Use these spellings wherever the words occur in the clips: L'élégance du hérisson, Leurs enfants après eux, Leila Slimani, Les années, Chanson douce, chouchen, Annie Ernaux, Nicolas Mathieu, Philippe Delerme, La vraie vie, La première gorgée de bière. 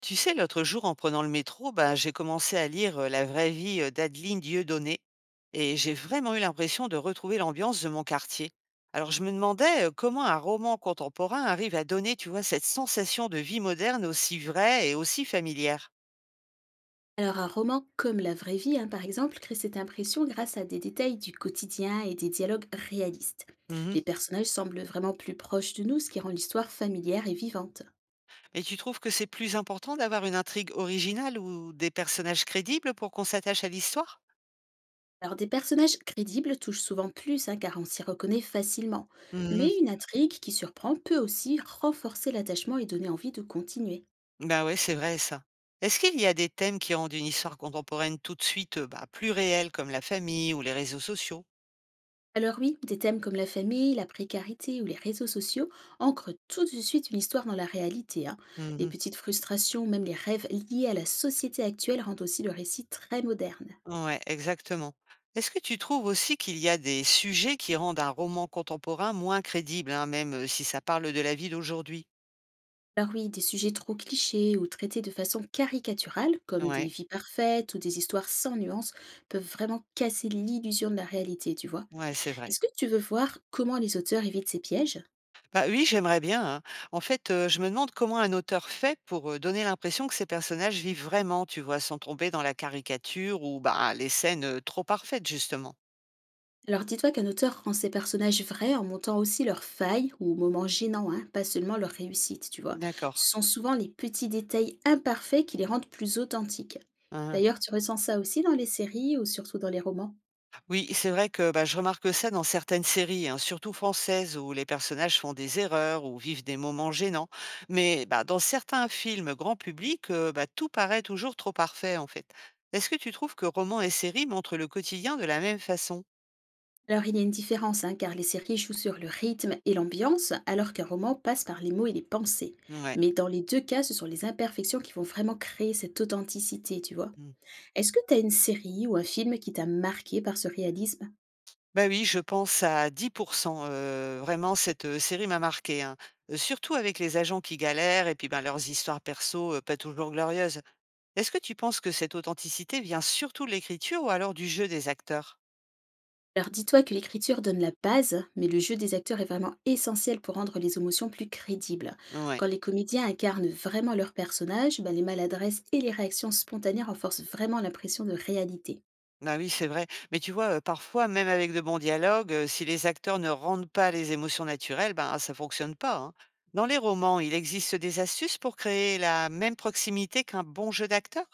Tu sais, l'autre jour, en prenant le métro, bah, j'ai commencé à lire La vraie vie, d'Adeline Dieudonné et j'ai vraiment eu l'impression de retrouver l'ambiance de mon quartier. Alors je me demandais, comment un roman contemporain arrive à donner, tu vois, cette sensation de vie moderne aussi vraie et aussi familière. Alors un roman comme La vraie vie, hein, par exemple, crée cette impression grâce à des détails du quotidien et des dialogues réalistes. Mhm. Les personnages semblent vraiment plus proches de nous, ce qui rend l'histoire familière et vivante. Et tu trouves que c'est plus important d'avoir une intrigue originale ou des personnages crédibles pour qu'on s'attache à l'histoire? Alors des personnages crédibles touchent souvent plus, hein, car on s'y reconnaît facilement. Mais une intrigue qui surprend peut aussi renforcer l'attachement et donner envie de continuer. Bah, ouais, c'est vrai ça. Est-ce qu'il y a des thèmes qui rendent une histoire contemporaine tout de suite, bah, plus réelle, comme la famille ou les réseaux sociaux? Alors oui, des thèmes comme la famille, la précarité ou les réseaux sociaux ancrent tout de suite une histoire dans la réalité, hein. Les Mmh. petites frustrations, même les rêves liés à la société actuelle rendent aussi le récit très moderne. Ouais, exactement. Est-ce que tu trouves aussi qu'il y a des sujets qui rendent un roman contemporain moins crédible, hein, même, si ça parle de la vie d'aujourd'hui? Alors oui, des sujets trop clichés ou traités de façon caricaturale, comme des Ouais, vies parfaites ou des histoires sans nuances, peuvent vraiment casser l'illusion de la réalité, tu vois. ouais, c'est vrai. Est-ce que tu veux voir comment les auteurs évitent ces pièges? Bah, oui, j'aimerais bien, hein. En fait, je me demande comment un auteur fait pour, donner l'impression que ses personnages vivent vraiment, tu vois? Sans tomber dans la caricature ou, bah, les scènes, trop parfaites justement. Alors dis-toi qu'un auteur rend ses personnages vrais en montant aussi leurs failles ou moments gênants, hein, pas seulement leurs réussites, tu vois. D'accord. Ce sont souvent les petits détails imparfaits qui les rendent plus authentiques. Mmh. D'ailleurs, tu ressens ça aussi dans les séries ou surtout dans les romans? Oui, c'est vrai que bah, je remarque ça dans certaines séries, hein, surtout françaises, où les personnages font des erreurs ou vivent des moments gênants. Mais bah, dans certains films grand public, bah, tout paraît toujours trop parfait, en fait. Est-ce que tu trouves que romans et séries montrent le quotidien de la même façon? Alors il y a une différence, hein, car les séries jouent sur le rythme et l'ambiance, alors qu'un roman passe par les mots et les pensées. Ouais. Mais dans les deux cas, ce sont les imperfections qui vont vraiment créer cette authenticité, tu vois. Mm. Est-ce que tu as une série ou un film qui t'a marqué par ce réalisme? Bah oui, je pense à 10%. Vraiment, cette série m'a marqué, hein. Surtout avec les agents qui galèrent et puis ben leurs histoires perso, pas toujours glorieuses. Est-ce que tu penses que cette authenticité vient surtout de l'écriture ou alors du jeu des acteurs? Alors dis-toi que l'écriture donne la base, mais le jeu des acteurs est vraiment essentiel pour rendre les émotions plus crédibles. Ouais. Quand les comédiens incarnent vraiment leur personnage, bah, les maladresses et les réactions spontanées renforcent vraiment l'impression de réalité. Ah oui, c'est vrai. Mais tu vois, parfois, même avec de bons dialogues, si les acteurs ne rendent pas les émotions naturelles, ben, ça fonctionne pas, hein. Dans les romans, il existe des astuces pour créer la même proximité qu'un bon jeu d'acteur?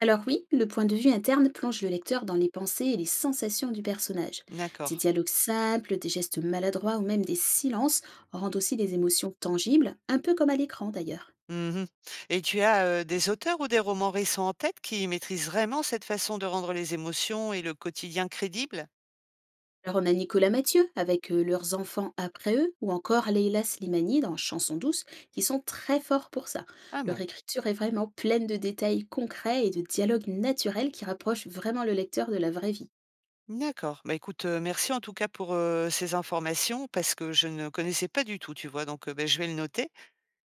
Alors oui, le point de vue interne plonge le lecteur dans les pensées et les sensations du personnage. D'accord. Des dialogues simples, des gestes maladroits ou même des silences rendent aussi les émotions tangibles, un peu comme à l'écran d'ailleurs. Mmh. Et tu as, des auteurs ou des romans récents en tête qui maîtrisent vraiment cette façon de rendre les émotions et le quotidien crédibles? Alors on a Nicolas Mathieu avec leurs enfants après eux, ou encore Leila Slimani dans Chanson douce, qui sont très forts pour ça. Ah Leur bon? écriture est vraiment pleine de détails concrets et de dialogues naturels qui rapprochent vraiment le lecteur de la vraie vie. D'accord. Bah, écoute, merci en tout cas pour, ces informations, parce que je ne connaissais pas du tout, tu vois? Donc, beh, je vais le noter,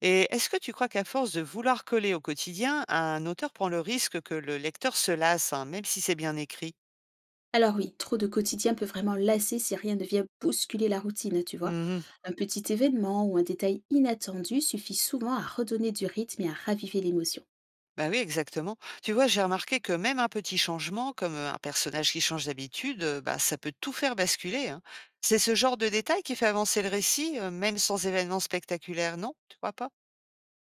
et est-ce que tu crois qu'à force de vouloir coller au quotidien, un auteur prend le risque que le lecteur se lasse, hein, même si c'est bien écrit? Alors oui, trop de quotidien peut vraiment lasser si rien ne vient bousculer la routine, hein, tu vois. Mmh. Un petit événement ou un détail inattendu suffit souvent à redonner du rythme et à raviver l'émotion. Bah, oui, exactement. Tu vois, j'ai remarqué que même un petit changement, comme, un personnage qui change d'habitude, bah, ça peut tout faire basculer, hein. C'est ce genre de détail qui fait avancer le récit, même sans événement spectaculaire, non? Tu crois pas?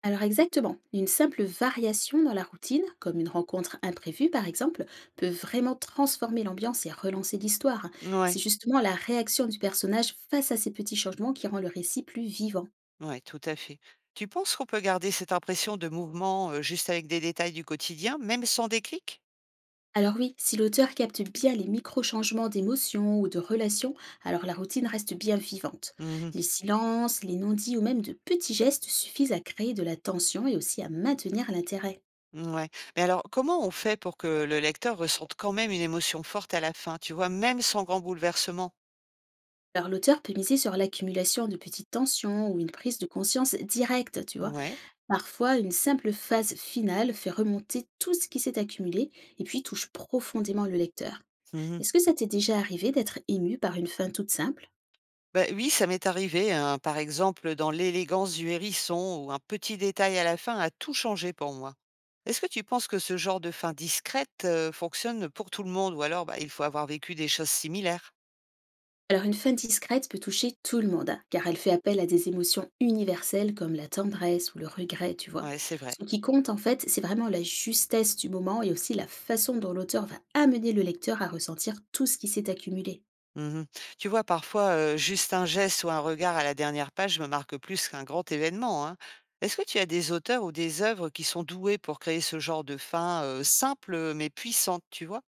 Alors exactement, une simple variation dans la routine, comme une rencontre imprévue par exemple, peut vraiment transformer l'ambiance et relancer l'histoire. Ouais. C'est justement la réaction du personnage face à ces petits changements qui rend le récit plus vivant. Ouais, tout à fait. Tu penses qu'on peut garder cette impression de mouvement, juste avec des détails du quotidien, même sans déclic? Alors oui, si l'auteur capte bien les micro-changements d'émotions ou de relations, alors la routine reste bien vivante. Mhm. Les silences, les non-dits ou même de petits gestes suffisent à créer de la tension et aussi à maintenir l'intérêt. Ouais. Mais alors, comment on fait pour que le lecteur ressente quand même une émotion forte à la fin, tu vois, même sans grand bouleversement? Alors l'auteur peut miser sur l'accumulation de petites tensions ou une prise de conscience directe, tu vois. Ouais. Parfois, une simple phase finale fait remonter tout ce qui s'est accumulé et puis touche profondément le lecteur. Mhm. Est-ce que ça t'est déjà arrivé d'être ému par une fin toute simple? Bah oui, ça m'est arrivé, hein, par exemple, dans l'élégance du hérisson, où un petit détail à la fin a tout changé pour moi. Est-ce que tu penses que ce genre de fin discrète, fonctionne pour tout le monde, ou alors bah, il faut avoir vécu des choses similaires? Alors une fin discrète peut toucher tout le monde, hein, car elle fait appel à des émotions universelles comme la tendresse ou le regret, tu vois. Ouais, c'est vrai. Ce qui compte en fait, c'est vraiment la justesse du moment et aussi la façon dont l'auteur va amener le lecteur à ressentir tout ce qui s'est accumulé. Mmh. Tu vois, parfois, juste un geste ou un regard à la dernière page me marque plus qu'un grand événement, hein. Est-ce que tu as des auteurs ou des œuvres qui sont doués pour créer ce genre de fin, simple, mais puissante, tu vois?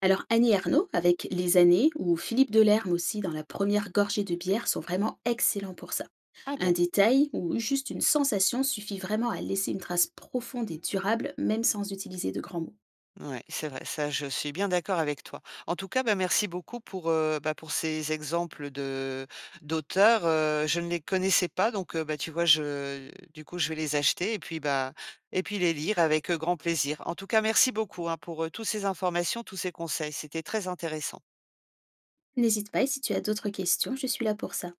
Alors Annie Ernaux avec Les années ou Philippe Delerme aussi dans La première gorgée de bière sont vraiment excellents pour ça. Ah Un bon? détail ou juste une sensation suffit vraiment à laisser une trace profonde et durable même sans utiliser de grands mots. Ouais, c'est vrai, ça je suis bien d'accord avec toi. En tout cas, bah, merci beaucoup pour, bah, pour ces exemples de d'auteurs, je ne les connaissais pas, donc bah, tu vois, je du coup, je vais les acheter et puis, bah, et puis les lire avec, grand plaisir. En tout cas, merci beaucoup, hein, pour, toutes ces informations, tous ces conseils, c'était très intéressant. N'hésite pas et si tu as d'autres questions, je suis là pour ça.